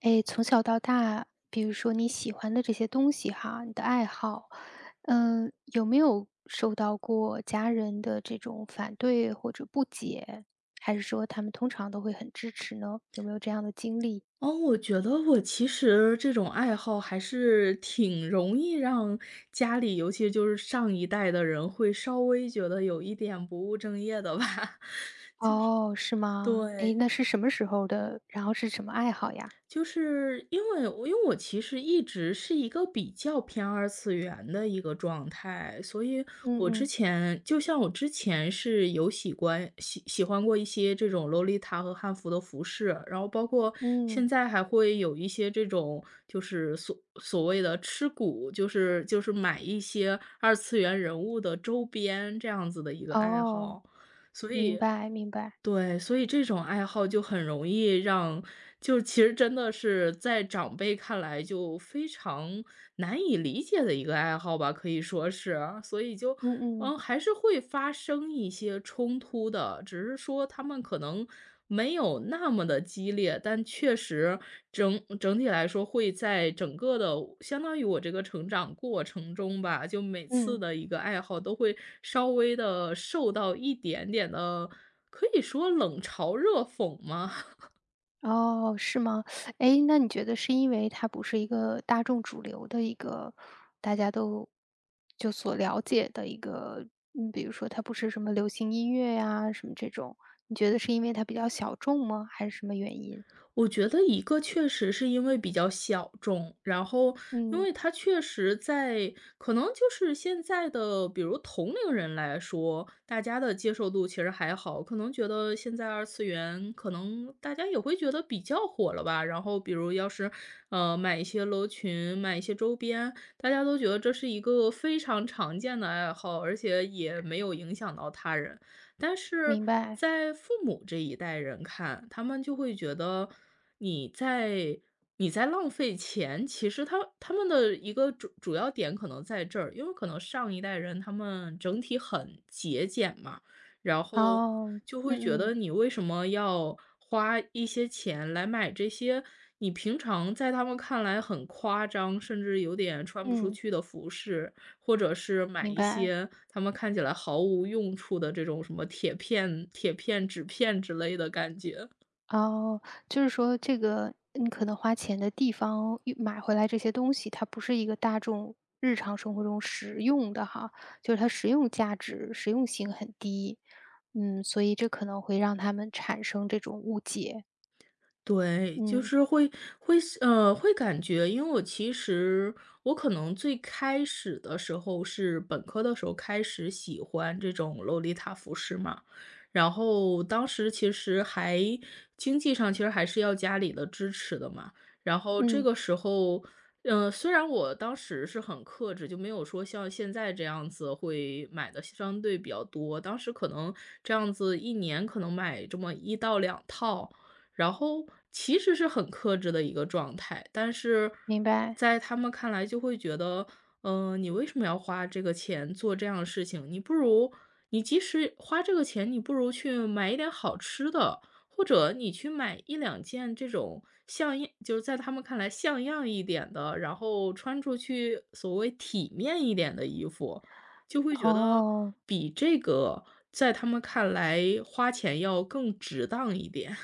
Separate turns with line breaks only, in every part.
哎，从小到大，比如说你喜欢的这些东西哈，你的爱好，有没有受到过家人的这种反对或者不解？还是说他们通常都会很支持呢？有没有这样的经历？
哦，我觉得我其实这种爱好还是挺容易让家里，尤其就是上一代的人会稍微觉得有一点不务正业的吧。
哦，是吗？哎，
对。
那是什么时候的？然后是什么爱好呀？
就是因为我其实一直是一个比较偏二次元的一个状态，所以
嗯
我之
嗯
前是有喜欢过一些这种洛丽塔和汉服的服饰，然后包括现
嗯，
在还会有一些这种就是所谓的吃谷，就是买一些二次元人物的周边这样子的一个爱
哦，
好，所
明
以
白明白，
对，所以这种爱好就很容易让就其实真的是在长辈看来就非常难以理解的一个爱好吧，可以说是。所以就，
嗯嗯
嗯，还是会发生一些冲突的，只是说他们可能没有那么的激烈，但确实整体来说会在整个的相当于我这个成长过程中吧，就每次
嗯。
的一个爱好都会稍微的受到一点点的可以说冷嘲热讽吗？
哦，是吗？哎，那你觉得是因为它不是一个大众主流的一个大家都就所了解的一个比如说它不是什么流行音乐呀，什么这种，你觉得是因为它比较小众吗？还是什么原因？
我觉得一个确实是因为比较小众，然后因
嗯，
为它确实在可能就是现在的，比如同龄人来说，大家的接受度其实还好，可能觉得现在二次元可能大家也会觉得比较火了吧。然后比如要是买一些楼群，买一些周边，大家都觉得这是一个非常常见的爱好，而且也没有影响到他人。但是
明白。
在父母这一代人看，他们就会觉得你在你在浪费钱。其实他们的一个主要点可能在这儿，因为可能上一代人他们整体很节俭嘛，然后
哦，
就会觉
嗯
得
嗯，
你为什么要花一些钱来买这些你平常在他们看来很夸张，甚至有点穿不出
嗯，
去的服饰，或者是买
明
一
白。
些他们看起来毫无用处的这种什么铁片、铁片、纸片之类的感觉。
哦，就是说这个你可能花钱的地方，买回来这些东西，它不是一个大众日常生活中实用的哈，就是它实用价值、实用性很低，嗯，所以这可能会让他们产生这种误解，
对，就
嗯
是会感觉因为我其实我可能最开始的时候是本科的时候开始喜欢这种洛丽塔服饰嘛，然后当时其实还经济上其实还是要家里的支持的嘛，然后这
嗯，
个时候，嗯虽然我当时是很克制，就没有说像现在这样子会买的相对比较多，当时可能这样子一年可能买这么一到两套。然后其实是很克制的一个状态，但是
明白，
在他们看来就会觉得，嗯，你为什么要花这个钱做这样的事情？你不如你即使花这个钱，你不如去买一点好吃的，或者你去买一两件这种像样，就是在他们看来像样一点的，然后穿出去所谓体面一点的衣服，就会觉得
哦。
比这个在他们看来花钱要更值当一点。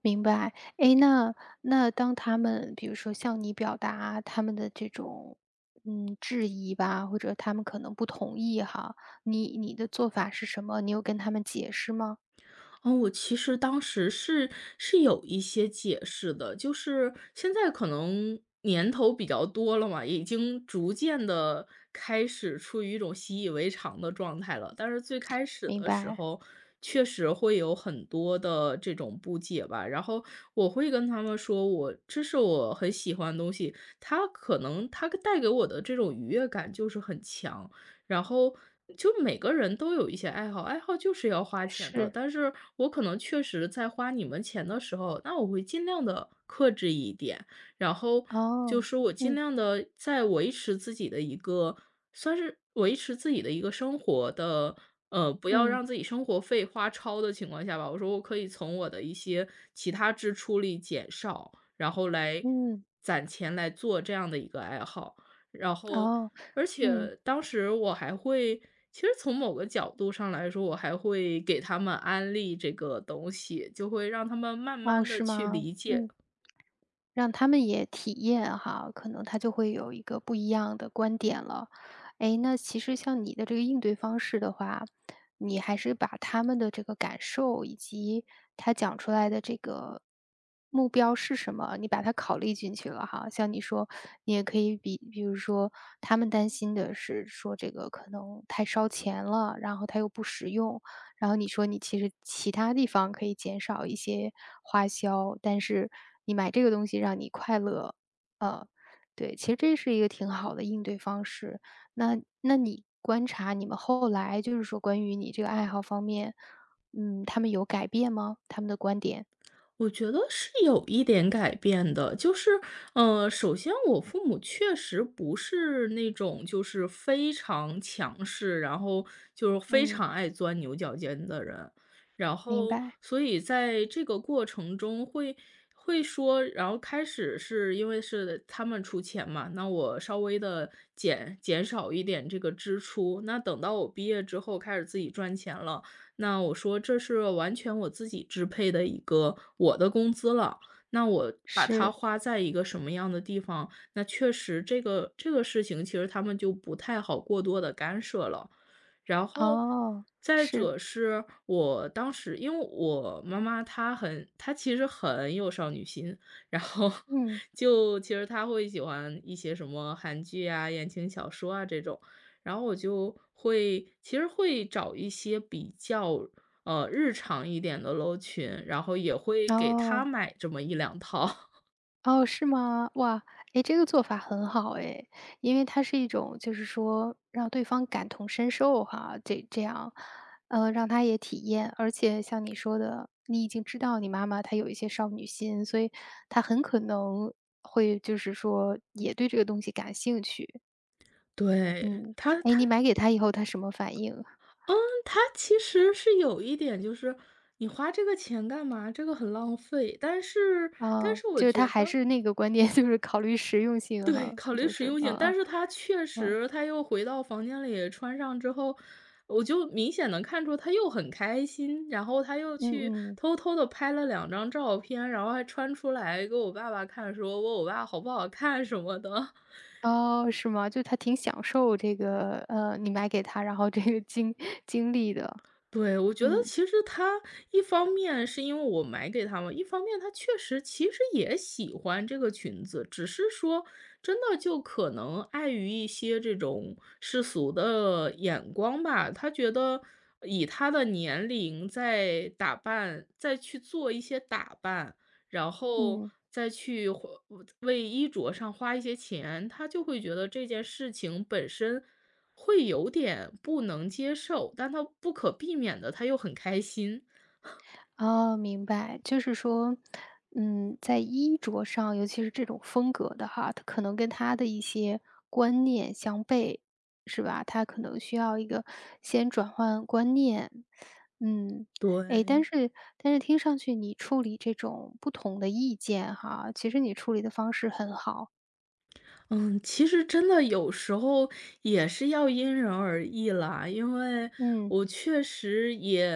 明白，诶，那当他们比如说向你表达他们的这种，质疑吧，或者他们可能不同意哈，你的做法是什么？你有跟他们解释吗？
哦，我其实当时是有一些解释的，就是现在可能年头比较多了嘛，已经逐渐的开始处于一种习以为常的状态了。但是最开始
明
的时
白，
候，确实会有很多的这种不解吧，然后我会跟他们说我这是我很喜欢的东西，它可能它带给我的这种愉悦感就是很强，然后就每个人都有一些爱好，爱好就是要花钱的。
是，
但是我可能确实在花你们钱的时候，那我会尽量的克制一点，然后就
哦，
是我尽
嗯
量的在维持自己的一个，算是维持自己的一个生活的。不要
嗯
让自己生活费花超的情况下吧，我说我可以从我的一些其他支出里减少，然后来
嗯，
攒钱来做这样的一个爱好。然后，
哦，
而
嗯，
且当时我还会其实从某个角度上来说，我还会给他们安利这个东西，就会让他们慢
哦，
慢的
是
去
吗？
理解
嗯。让他们也体验哈，可能他就会有一个不一样的观点了。哎，那其实像你的这个应对方式的话，你还是把他们的这个感受以及他讲出来的这个目标是什么，你把它考虑进去了哈。像你说，你也可以比如说他们担心的是说这个可能太烧钱了，然后它又不实用，然后你说你其实其他地方可以减少一些花销，但是你买这个东西让你快乐，呃，对，其实这是一个挺好的应对方式。那你观察你们后来就是说关于你这个爱好方面，嗯，他们有改变吗？他们的观点？
我觉得是有一点改变的，就是，首先我父母确实不是那种就是非常强势，然后就是非
嗯，
常爱钻牛角尖的人，然
明
后
白，
所以在这个过程中会说，然后开始是因为是他们出钱嘛，那我稍微的减少一点这个支出，那等到我毕业之后开始自己赚钱了。那我说这是完全我自己支配的一个我的工资了，那我把它
是，
花在一个什么样的地方，那确实这个事情其实他们就不太好过多的干涉了。然后
哦，
再
是，
者是我当时因为我妈妈她其实很有少女心，然后
嗯，
就其实她会喜欢一些什么韩剧啊、言情小说啊这种，然后我就会其实会找一些比较，日常一点的楼裙，然后也会给他
哦。
买这么一两套。
哦，是吗？哇，诶，这个做法很好诶，因为它是一种就是说让对方感同身受哈，这样，让他也体验。而且像你说的，你已经知道你妈妈她有一些少女心，所以她很可能会就是说也对这个东西感兴趣。
对，
嗯，
他
诶，
他
你买给她以后她什么反应啊？
嗯，他其实是有一点就是你花这个钱干嘛？这个很浪费。但是但
啊，
是我
就是她
觉
还
得
是那个观点，就是考虑实用性
对，
哈，
考虑
就
实
是，
用
嗯
性，但
嗯，
是他确实他又回到房间里穿上之后，我就明显能看出他又很开心，然后他又
嗯
去
嗯。
偷偷的拍了两张照片，然后还穿出来给我爸爸看，说我爸好不好看什么的。
哦，是吗？就他挺享受这个，你买给他，然后这个经历的。
对，我觉得
嗯，
其实他一方面是因为我买给他们，一方面他确实其实也喜欢这个裙子，只是说真的就可能碍于一些这种世俗的眼光吧，他觉得以他的年龄再打扮，再去做一些打扮，然后
嗯。
再去花为衣着上花一些钱，他就会觉得这件事情本身。会有点不能接受，但他不可避免的，他又很开心。
哦，明白。就是说，嗯，在衣着上，尤其是这种风格的哈，他可能跟他的一些观念相悖，是吧？他可能需要一个先转换观念。嗯，诶，但
对。
是但是听上去你处理这种不同的意见哈，其实你处理的方式很好。
嗯，其实真的有时候也是要因人而异啦，因为
嗯，
我确实也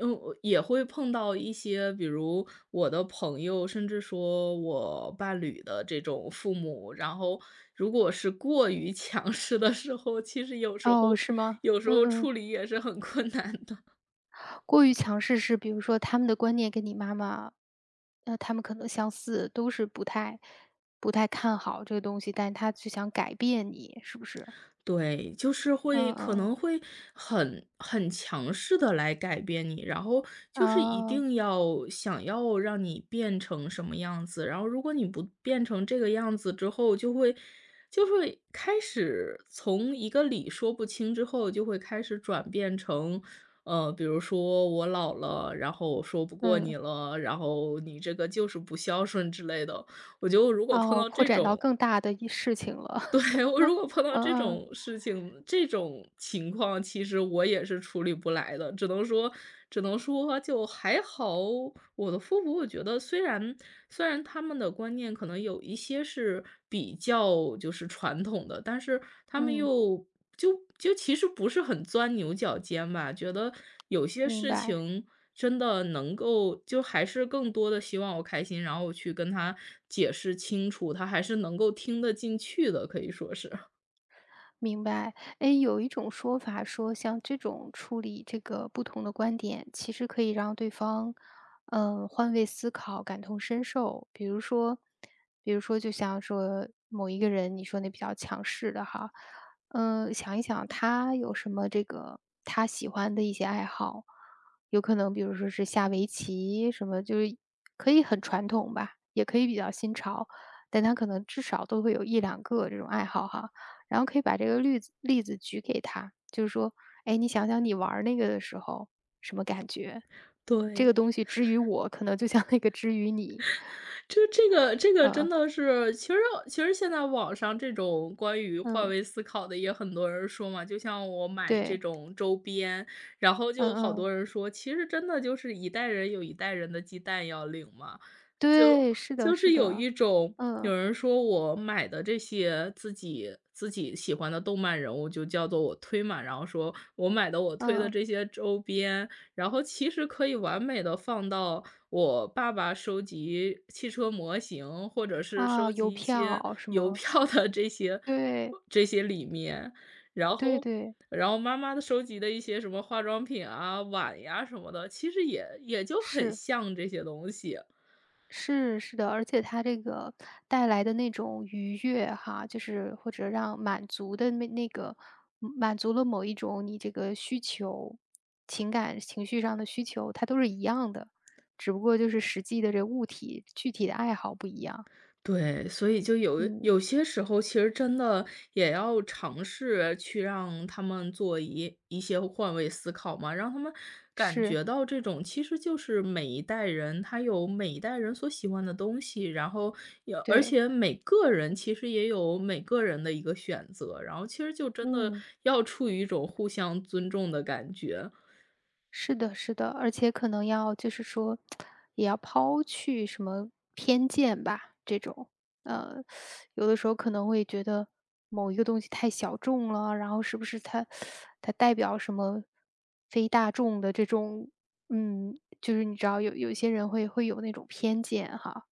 因也会碰到一些，比如我的朋友，甚至说我伴侣的这种父母，然后如果是过于 强势的时候，其实有时
哦，
候
是吗？
有时候
嗯嗯。
处理也是很困难的。
过于强势是比如说他们的观念跟你妈妈，他们可能相似，都是不太看好这个东西，但他就想改变你，是不是？
对，就是会
嗯
可
嗯，
能会很很强势的来改变你，然后就是一
啊
定要想要让你变成什么样子，然后如果你不变成这个样子之后，就会开始从一个理说不清之后，就会开始转变成，比如说我老了，然后我说不过你
嗯，
了，然后你这个就是不孝顺之类的。我觉得我如果碰
哦，
到
扩
这
展到
种
更大的一事情了。
对，我如果碰到
嗯
这
嗯，
种事情，这种情况，其实我也是处理不来的，只能说就还好。我的父母，我觉得虽然他们的观念可能有一些是比较就是传统的，但是他们
嗯，
又就其实不是很钻牛角尖吧，觉得有些
明
事
白。
情真的能够就还是更多的希望我开心，然后我去跟他解释清楚，他还是能够听得进去的，可以说是，
明白，哎，有一种说法说，像这种处理这个不同的观点，其实可以让对方，嗯，换位思考，感同身受。比如说，比如说，就像说某一个人，你说那比较强势的哈，嗯，想一想他有什么这个他喜欢的一些爱好，有可能比如说是下围棋什么，就是可以很传统吧，也可以比较新潮，但他可能至少都会有一两个这种爱好哈。然后可以把这个例子举给他，就是说，哎，你想想你玩儿那个的时候什么感觉？这
对。
个东西之于我，可能就像那个之于你，
就这个真
嗯
的是，其实现在网上这种关于换
嗯，
位思考的也很多人说嘛，就像我买这
对，
种周边，然后就
嗯
好
嗯，
多人说，其实真的就是一代人有一代人的鸡蛋要领嘛，就
对，是的，
就
是
是有
的，
一种
嗯
有人说我买的这些自己喜欢的动漫人物就叫做我推嘛，然后说我买的我推的
嗯，
这些周边，然后其实可以完美的放到我爸爸收集汽车模型，或者是
啊，
收
邮
集一些
票 什
邮
么，
票的这些
对
这些里面。然
对
后
对，
然后妈妈的收集的一些什么化妆品啊、碗呀什么的，其实也就很
是。
像这些东西。
是，是的，而且它这个带来的那种愉悦哈，就是或者让满足的那个满足了某一种你这个需求，情感情绪上的需求，它都是一样的，只不过就是实际的这物体具体的爱好不一样。
对，所以就
嗯，
有些时候其实真的也要尝试去让他们做一些换位思考嘛，让他们感
是，
觉到这种其实就是每一代人他有每一代人所喜欢的东西，然后也而
对，
且每个人其实也有每个人的一个选择，然后其实就真的
嗯。
要处于一种互相尊重的感觉。
是的，是的，而且可能要就是说，也要抛去什么偏见吧，这种，呃，有的时候可能会觉得某一个东西太小众了，然后是不是它代表什么非大众的这种，嗯，就是你知道有一些人会有那种偏见哈，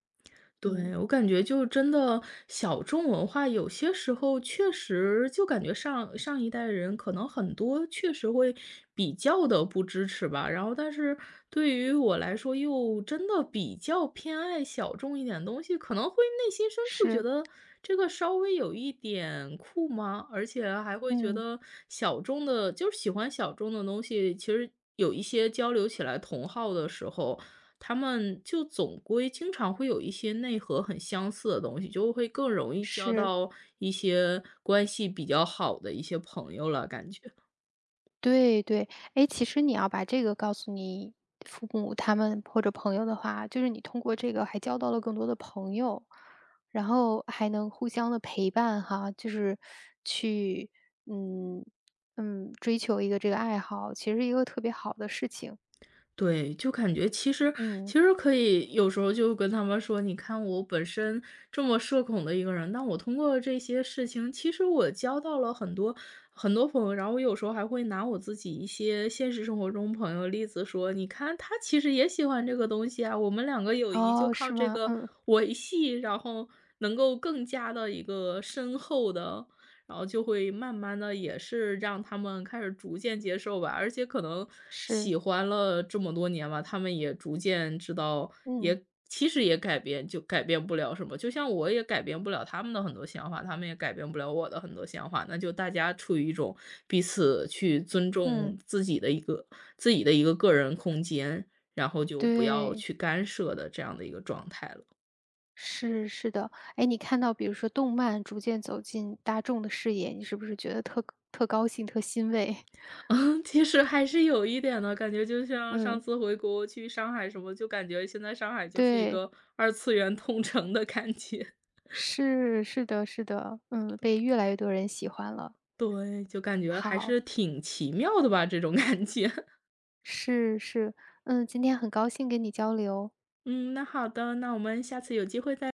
嗯，
对，我感觉就真的小众文化，有些时候确实就感觉上一代人可能很多确实会比较的不支持吧，然后但是对于我来说又真的比较偏爱小众一点的东西，可能会内心深处觉
是，
得这个稍微有一点酷吗？而且还会觉
嗯，
得小众的，就是喜欢小众的东西，其实有一些交流起来同好的时候。他们就总归经常会有一些内核很相似的东西，就会更容易交
是。
到一些关系比较好的一些朋友了，感觉。
对对，哎，其实你要把这个告诉你父母他们或者朋友的话，就是你通过这个还交到了更多的朋友，然后还能互相的陪伴哈，就是去嗯追求一个这个爱好，其实一个特别好的事情。
对，就感觉其
嗯，
实可以有时候就跟他们说，你看我本身这么社恐的一个人，但我通过这些事情，其实我交到了很多朋友，然后我有时候还会拿我自己一些现实生活中朋友例子说，你看他其实也喜欢这个东西啊，我们两个友谊就
哦，
靠
是
这
吗？
个
嗯，
维系，然后能够更加的一个深厚的然后就会慢慢的，也是让他们开始逐渐接受吧。而且可能
是，
喜欢了这么多年吧，他们也逐渐知道，
嗯
也其实也改变就改变不了什么。就像我也改变不了他们的很多想法，他们也改变不了我的很多想法，那就大家处于一种彼此去尊重
嗯，
自己的一个自己的一个个人空间，然后就不要
对，
去干涉的这样的一个状态了。
是是的。哎，你看到比如说动漫逐渐走进大众的视野，你是不是觉得特高兴、特欣慰？
嗯，其实还是有一点的，感觉就像上
嗯，
次回国去上海什么，就感觉现在上海就是一
对，
个二次元通城的感觉。
是是的是的，嗯，被越来越多人喜欢了。
对，就感觉还是
好，
挺奇妙的吧，这种感觉。
是是，嗯，今天很高兴跟你交流。
嗯，那好的，那我们下次有机会再